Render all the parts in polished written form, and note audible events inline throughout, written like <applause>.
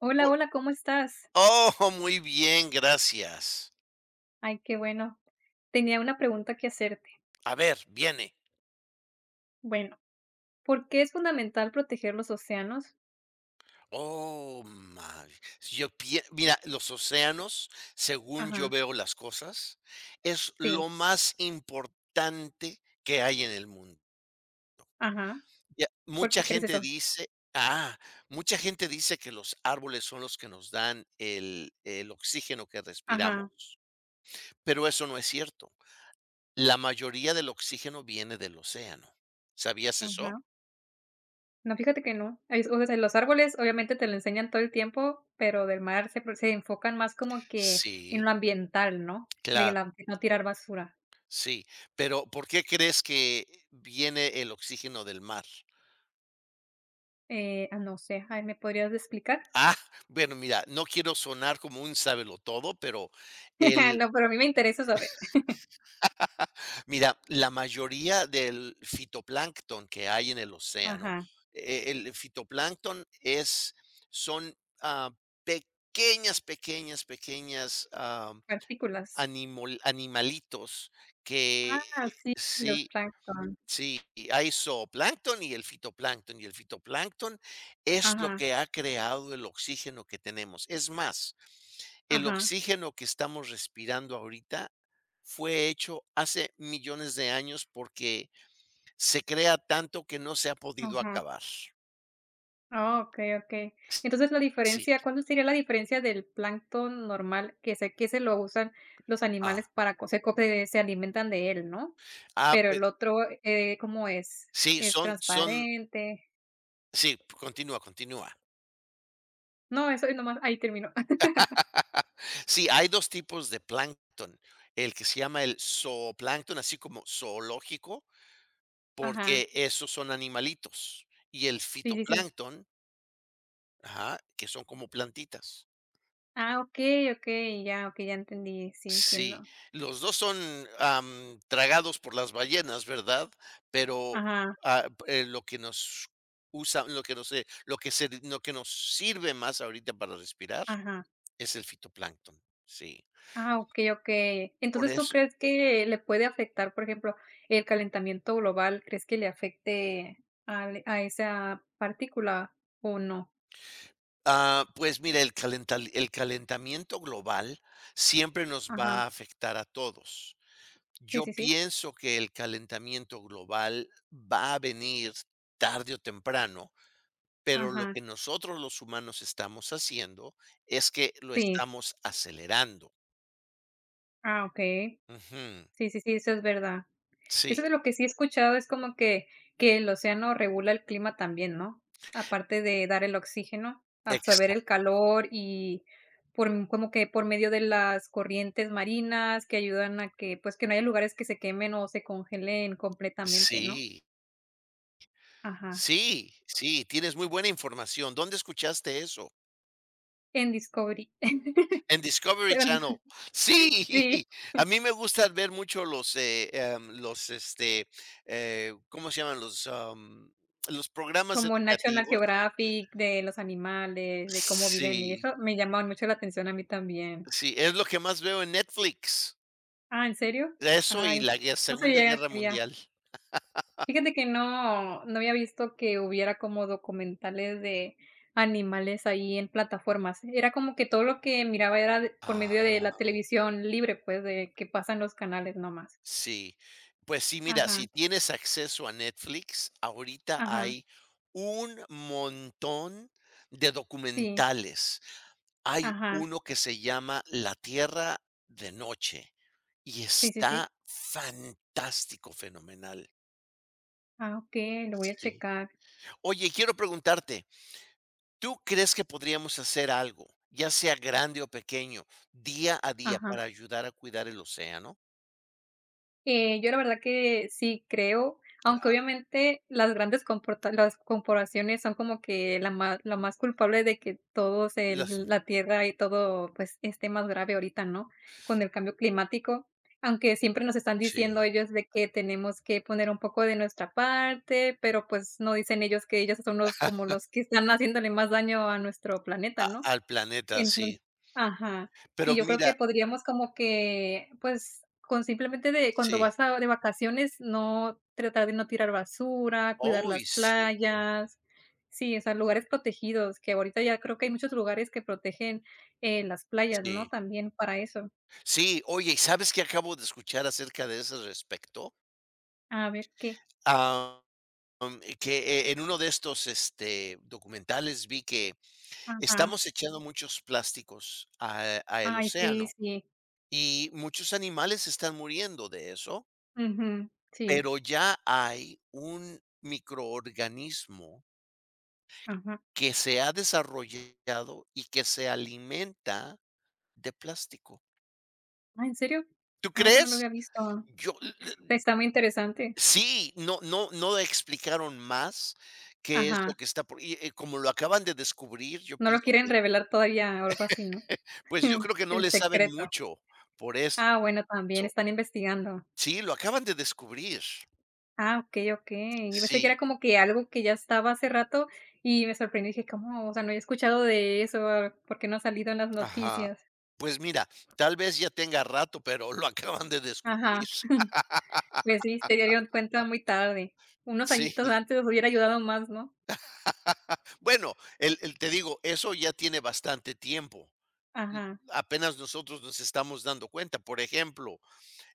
Hola, hola, ¿cómo estás? O oh, muy bien, gracias. Ay, qué bueno. Tenía una pregunta que hacerte. A ver, viene. Bueno, ¿por qué es fundamental proteger los océanos? Oh, my. Yo pie Mira, los océanos, según yo Ajá, veo las cosas, es lo sí, más importante que hay en el mundo. ajá. Ya, ¿Por qué crees eso? Mucha gente dice que los árboles son los que nos dan el oxígeno que Ajá, respiramos, pero eso no es cierto. La mayoría del oxígeno viene del océano. ¿Sabías eso? ajá. No, fíjate que no. O sea, los árboles obviamente te lo enseñan todo el tiempo, pero del mar se enfocan más como que Sí, en lo ambiental, ¿no? De, la, claro. de no tirar basura. Sí, pero ¿por qué crees que viene el oxígeno del mar? No sé, ay, ¿me podrías explicar? Ah, bueno, mira, no quiero sonar como un todo, pero <laughs> el No, pero a mí me interesa saber. mira, la mayoría del fitoplancton que hay en el océano. Ajá, El fitoplancton es son, ah, pequeñas, pequeñas, pequeñas, partículas. animol animalitos que Ah, sí, los sí. plancton. Sí, y hay zooplancton y el fitoplancton es lo Ajá. que ha creado el oxígeno que tenemos. Es más, el Ajá, oxígeno que estamos respirando ahorita fue hecho hace millones de años porque se crea tanto que no se ha podido ajá. acabar. Ah, okey, okey. S- Entonces, la Sí. diferencia, ¿cuál sería la diferencia del plancton normal? Que sé que se lo usan los Ah, animales para co se se alimentan de él, ¿no? Ah, Pero pues el otro, ¿cómo es? sí, ¿Es son, transparente? sí, continúa, continúa. No, eso es nomás ahí terminó. <laughs> <laughs> Sí, hay dos tipos de plancton, el que se llama el zooplancton, así como zoológico, Ajá. porque esos son animalitos y el Sí, sí, sí. fitoplancton, ajá, que son como plantitas. Ah, okey, okey, ya entendí. Sí, Sí, entiendo. los 2 son, tragados por las ballenas, ¿verdad? Pero, Ajá, ah, eh, lo que nos lo que nos sirve más ahorita para respirar ajá. es el fitoplancton, sí. Ah, okey, okey. Por Entonces, ¿tú eso, crees que le puede afectar, por ejemplo, el calentamiento global? ¿Crees que le afecte al a esa partícula o no? Pues mira, el calentamiento global siempre nos va Ajá. a afectar a todos. Sí, Yo sí, sí. pienso que el calentamiento global va a venir tarde o temprano, pero lo Ajá. que nosotros los humanos estamos haciendo es que lo Sí. estamos acelerando. Ah, okey. Ujú, Sí, sí, sí, eso es verdad. Eso sí, de lo que sí he escuchado es como que el océano regula el clima también, ¿no? Aparte de dar el oxígeno, absorber el exacto. calor y por m como que por medio de las corrientes marinas que ayudan a que, pues, que no haya lugares que se quemen o se congelen completamente, ¿no? Sí, Ajá, sí, sí, tienes muy buena información. ¿Dónde escuchaste eso? en Discovery. <laughs> En Discovery Cuando Channel. Sí, sí, <laughs> a mí me gusta ver mucho los, este, ¿cómo se llaman? Los programas como National educativos. Geographic, de los animales, de cómo viven y Sí, eso me llamaba mucho la atención a mí también. sí, es lo que más veo en Netflix. Ah, ¿en serio? Eso y Ay, la gue no Segunda sabía que Guerra había. Mundial. Fíjate que no, no había visto que hubiera como documentales de animales ahí en plataformas. Era como que todo lo que miraba era de por medio de la Ah, televisión libre, pues, de que pasan los canales nomás. sí. Pues sí, mira, si Ajá, tienes acceso a Netflix, ahorita ajá, hay un montón de sí, documentales. Hay ajá, uno que se llama La Tierra de Noche y sí, sí, sí. está fantástico, fenomenal. Ah, okey, lo voy a Sí. checar. Oye, quiero preguntarte, ¿tú crees que podríamos hacer algo, ya sea grande o pequeño, día a día para Ajá. ayudar a cuidar el océano? Yo la verdad que sí creo, aunque Ah, obviamente las grandes comporta las corporaciones son como que la más culpable de que todos las el la tierra y todo, pues, esté más grave ahorita, ¿no? Con el cambio climático, aunque siempre nos están diciendo Sí, ellos de que tenemos que poner un poco de nuestra parte, pero, pues, no dicen ellos que ellos son los que están haciéndole más daño a nuestro planeta, a ¿no? al planeta, sí. Enton ajá. Pero Y yo creo mira, que podríamos como que, pues, con simplemente de cuando sí. vas a de vacaciones, no tratar de no tirar basura, cuidar Hoy, las sí, playas. Sí, o sea, lugares protegidos, que ahorita ya creo que hay muchos lugares que protegen, las playas, ¿no? sí. También para eso. Sí, oye, ¿y sabes qué acabo de escuchar acerca de ese respecto? A ver qué. Am, que, en uno de estos, este, documentales vi que Ajá. estamos echando muchos plásticos a al Ay, sí, océano, sí. y muchos animales están muriendo de eso. Ujú. Sí, Pero ya hay un microorganismo ajá. que se ha desarrollado y que se alimenta de plástico. Ah, ¿en serio? ¿Tú Ah, eso no lo había crees? visto. Yo l- l- Está muy interesante. sí, no explicaron más qué es lo Ajá. que está por, y, como lo acaban de descubrir, yo No lo pienso quieren que, revelar todavía o algo así, ¿no? pues, yo creo <laughs> que no El le saben secreto. mucho por eso. Ah, bueno, también están investigando. Sí, lo acaban de descubrir. Ah, okey, okey. Yo pensé que era Sí, como que algo que ya estaba hace rato y me sorprendí dije: "¿Cómo? O sea, no he escuchado de eso, ¿por qué no ha salido en las ajá. noticias?". Pues mira, tal vez ya tenga rato, pero lo <laughs> acaban de descubrir. Ajá. <laughs> <laughs> Pues sí, se dieron cuenta muy tarde. Unos Sí. añitos antes les hubiera ayudado más, ¿no? Bueno, el te digo, eso ya tiene bastante tiempo. L Ajá, Apenas nosotros nos estamos dando cuenta. Por ejemplo,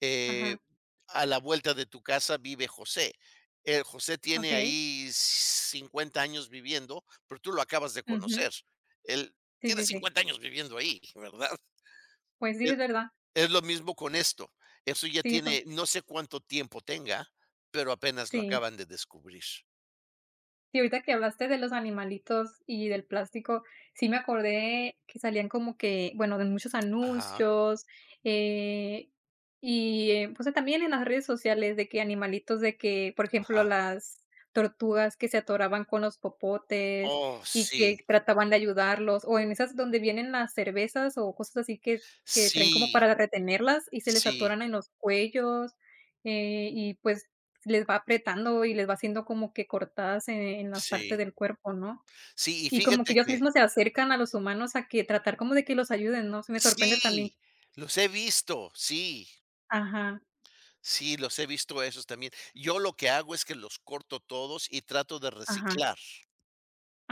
eh, ajá, a la vuelta de tu casa vive José. José tiene okey. ahí 50 años viviendo, pero tú lo acabas de Ujú. conocer. Él Sí, tiene sí, sí. 50 años viviendo ahí, ¿verdad? Pues sí, Es es verdad. es lo mismo con esto. Eso ya Sí, pues tiene, no sé cuánto tiempo tenga, pero apenas lo sí. acaban de descubrir. Y ahorita que hablaste de los animalitos y del plástico, sí me acordé que salían como que, bueno, de muchos Ajá, anuncios, eh, y, pues, también en las redes sociales de que animalitos de que, por ejemplo, ajá. las tortugas que se atoraban con los popotes Oh, y sí, que trataban de ayudarlos, o en esas donde vienen las cervezas o cosas así que traen como sí, para retenerlas y se les sí. atoran en los cuellos, y pues les va apretando y les va haciendo como que cortadas en las partes Sí, del cuerpo, ¿no? sí, y Y como que fíjate ellos que mismos se acercan a los humanos a que tratar como de que los ayuden, ¿no? Se me sorprende también. sí, los he visto, sí, Ajá, sí, los he visto esos también. Yo lo que hago es que los corto todos y trato de ajá. reciclar,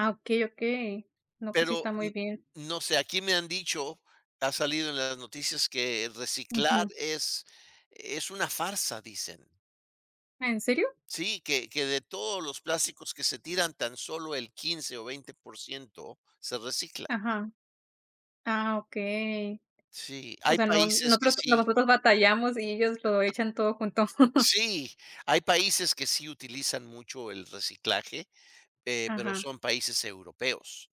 Ah, okey, okey. No, pues sí pero está muy n bien. no sé, aquí me han dicho, ha salido en las noticias que reciclar Ujú. es una farsa, dicen. ¿En serio? Sí, que de todos los plásticos que se tiran, tan solo el 15 o 20% se recicla. Ajá. Ah, okey. Sí, O hay sea, no países que nosotros sí nosotros batallamos y ellos lo echan todo junto. <laughs> Sí, hay países que sí utilizan mucho el reciclaje, pero Ajá. son países europeos.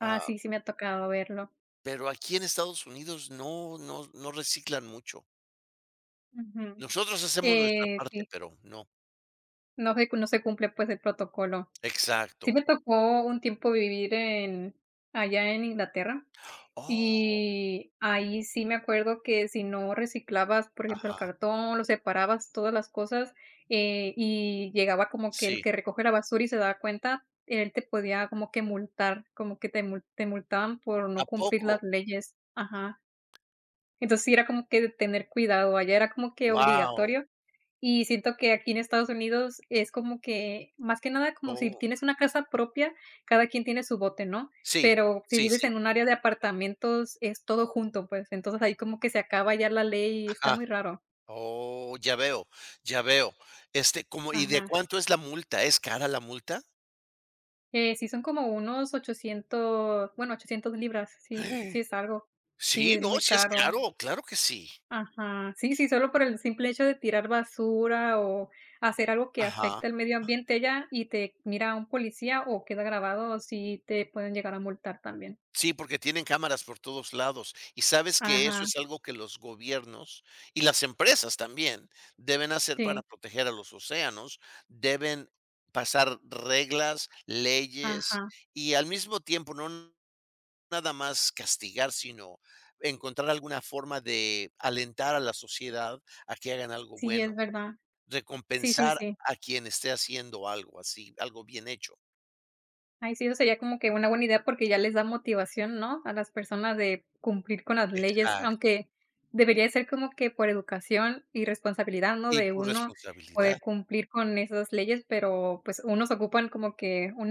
Ah, Ah, sí, sí me ha tocado verlo. pero aquí en Estados Unidos no, no, no reciclan mucho. Ujú. Nosotros hacemos nuestra parte, Sí, pero no. no se cumple, pues, el protocolo. Sí Exacto. me tocó un tiempo vivir en allá en Inglaterra, Oh, y ahí sí me acuerdo que si no reciclabas, por ejemplo, el ajá. cartón, lo separabas, todas las cosas, y llegaba como que el Sí. que recoge la basura y se daba cuenta, él te podía como que multar, como que te multaban por ¿A no cumplir poco? las leyes. Ajá. Entonces, sí era como que de tener cuidado, allá era como que Wow. obligatorio y siento que aquí en Estados Unidos es como que, más que nada, como si Oh. tienes una casa propia, cada quien tiene su bote, ¿no? Sí, Pero si sí, vives sí. en un área de apartamentos, es todo junto, pues, entonces ahí como que se acaba ya la ley y está Ajá. muy raro. Oh, ya veo, ya veo. ¿Y de Ajá. cuánto es la multa? ¿Es cara la multa? Sí son como unos 800, bueno, 800 libras, sí, sí <gasps> es algo. Sí, Sí, es no, muy sí es caro. caro, claro que sí. Ajá, sí, sí, solo por el simple hecho de tirar basura o hacer algo que afecte Ajá. al medio ambiente ya y te mira un policía o queda grabado, sí te pueden llegar a multar también. Sí, porque tienen cámaras por todos lados. Y sabes que eso Ajá, es algo que los gobiernos y las empresas también deben hacer para sí, proteger a los océanos. Deben pasar reglas, leyes ajá, y al mismo tiempo no nada más castigar, sino encontrar alguna forma de alentar a la sociedad a que hagan algo sí, bueno, es verdad. Sí, sí, recompensar sí. a quien esté haciendo algo así, algo bien hecho. Ay, sí, eso sería como que una buena idea porque ya les da motivación, ¿no? A las personas de cumplir con las leyes, Exacto. aunque debería ser como que por educación y responsabilidad, ¿no? Y De por uno responsabilidad. poder cumplir con esas leyes, pero pues unos ocupan como que un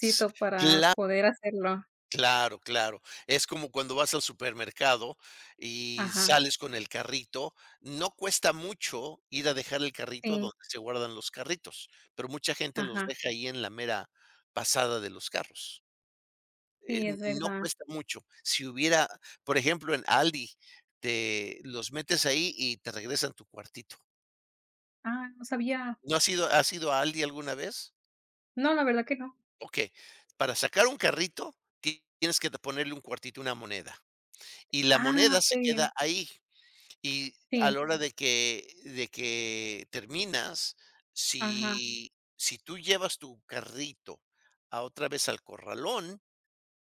S- para Claro. poder hacerlo. Claro, claro. Es como cuando vas al supermercado y Ajá, sales con el carrito. No cuesta mucho ir a dejar el carrito a sí, donde se guardan los carritos, pero mucha gente los ajá, deja ahí en la mera pasada de los carros. Eh, sí, es no verdad. cuesta mucho. Si hubiera, por ejemplo, en Aldi, te los metes ahí y te regresan tu cuartito. Ah, no sabía. ¿No has ido, has ido a Aldi alguna vez? No, la verdad que no. Ok, para sacar un carrito tienes que ponerle un cuartito, una moneda. Y la Ah, moneda se queda okey, ahí. Y a sí, la hora de que terminas, ajá, si tú llevas tu carrito a otra vez al corralón,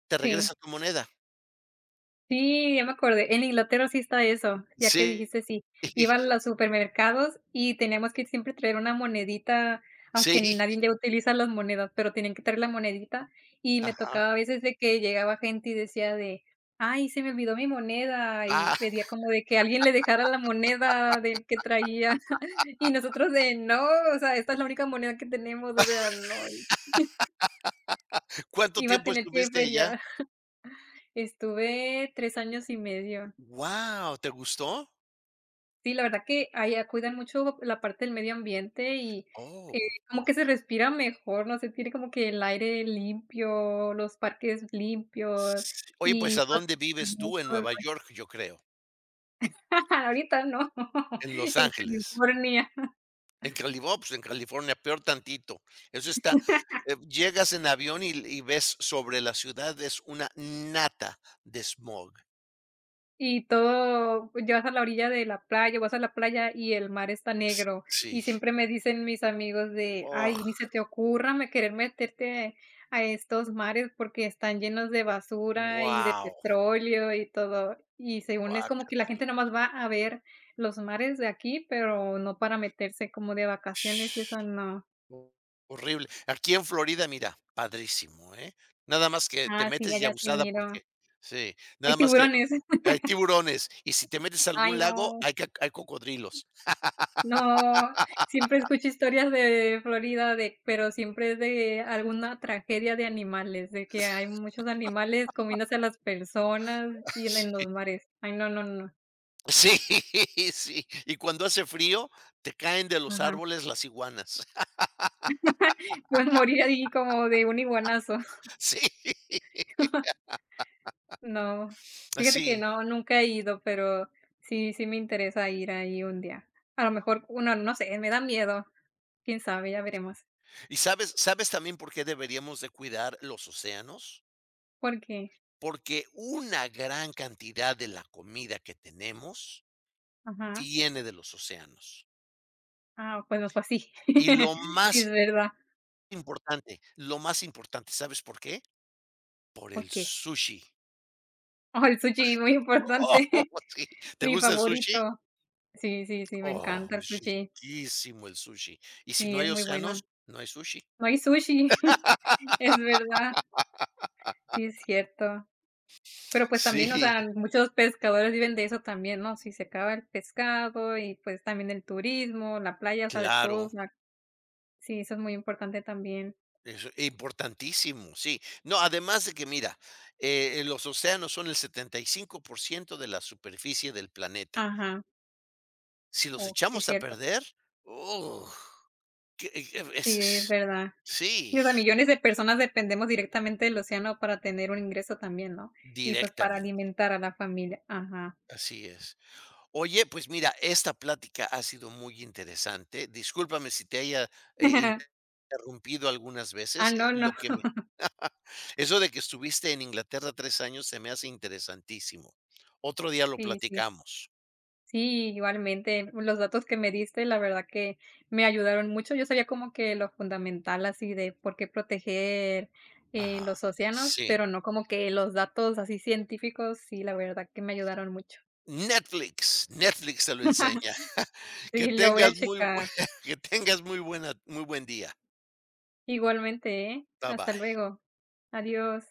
te regresa sí. tu moneda. Sí, ya me acordé. En Inglaterra sí está eso, ya que Sí, dijiste sí. Iba a <laughs> los supermercados y teníamos que siempre traer una monedita, sí, aunque nadie ya utiliza las monedas, pero tenían que traer la monedita. Y me ajá. tocaba a veces de que llegaba gente y decía de, ay, se me olvidó mi moneda. Y Ah, <laughs> pedía como de que alguien le dejara la moneda de que traía. <laughs> Y nosotros de, no, o sea, esta es la única moneda que tenemos, o sea, no, ¿cuánto iba a tiempo tener que estuviste allá? feriar. <laughs> Estuve 3 años y medio. Wow. ¿Te gustó? Sí, la verdad que allá cuidan mucho la parte del medio ambiente y, eh, Oh, como que se respira mejor, no sé, tiene como que el aire limpio, los parques limpios sí. Oye, pues, y ¿a dónde protegen vives también tú en todo el. Nueva York? Yo creo. <laughs> Ahorita no. <laughs> En Los En Ángeles. California. En Calibo pues, en California, peor tantito. Eso está, llegas en avión y ves sobre la ciudad, es una nata de smog. Y todo, pues, llegas a la orilla de la playa, vas a la playa y el mar está S negro. Sí. Y siempre me dicen mis amigos de: Oh, "Ay, ni se te ocurra me querer meterte a estos mares porque están llenos de basura y de guau, petróleo y todo". Y según es como que la guácatela. gente nomás va a ver los mares de aquí, pero no para meterse como de vacaciones y Sh, eso no. Horrible. Aquí en Florida, mira, padrísimo, ¿eh? Nada más que te Ah, sí, metes y allá sí abusada miro. porque sí, nada Hay más que tiburones. <laughs> hay tiburones, y si te metes a algún Ay, lago, no. Hay cocodrilos. No, siempre escucho historias de Florida, de pero siempre es de alguna tragedia de animales, de que hay <laughs> muchos animales comiéndose a las personas y en los mares. Ay, no, no, no. Sí, <laughs> sí. Y cuando hace frío, te caen de los Ajá. árboles las iguanas. <laughs> <laughs> Puedes morir ahí como de un iguanazo. Sí. <laughs> No, fíjate que Sí. no, nunca he ido, pero sí, sí me interesa ir ahí un día. A lo mejor, uno, no sé, me da miedo. Quién sabe, ya veremos. ¿Y sabes también por qué deberíamos de cuidar los océanos? ¿Por qué? Porque una gran cantidad de la comida que tenemos Ajá. viene de los océanos. Ah, pues no fue así. Y <laughs> Sí, es verdad. Lo más importante, ¿sabes por qué? Por ¿Por el qué? sushi. Oh, el sushi, muy Oh, importante. <laughs> <laughs> sí. ¿Te Mi gusta el sushi? favorito. Sí, sí, sí, me Oh, encanta el es sushi. riquísimo el sushi. Y si no Sí, hay es muy océanos, buena. no hay sushi. No hay sushi. <laughs> Es verdad. Sí, es cierto. Pero, pues, también, o Sí, sea, muchos pescadores viven de eso también, ¿no? Si se acaba el pescado y, pues, también el turismo, la playa, o sea, de claro, todos, sí, eso es muy importante también. es importantísimo, sí. No, además de que, mira, los océanos son el 75% de la superficie del planeta. Ajá. Si los Oh, sí, echamos a cierto. perder, ¡uh! Que, es Sí, es es verdad. Sí, sí, o sea, millones de personas dependemos directamente del océano para tener un ingreso también, ¿no? Y pues para directamente, alimentar a la familia. Ajá. así es. Oye, pues mira, esta plática ha sido muy interesante. Discúlpame si te haya, eh, <laughs> interrumpido algunas Ah, veces. No, no. Lo que me Eso de que estuviste en Inglaterra 3 años se me hace interesantísimo. Otro día lo Sí, sí. platicamos. Sí, igualmente. Los datos que me diste, la verdad que me ayudaron mucho. Yo sabía como que lo fundamental así de por qué proteger Ajá. los océanos, Sí. pero no como que los datos así científicos, sí, la verdad que me ayudaron mucho. Netflix te lo enseña. <laughs> <laughs> Que Sí, lo voy a tengas muy bue checar. <laughs> que tengas muy buena muy buen día. Igualmente, ¿eh? Bye Hasta bye. luego. Adiós.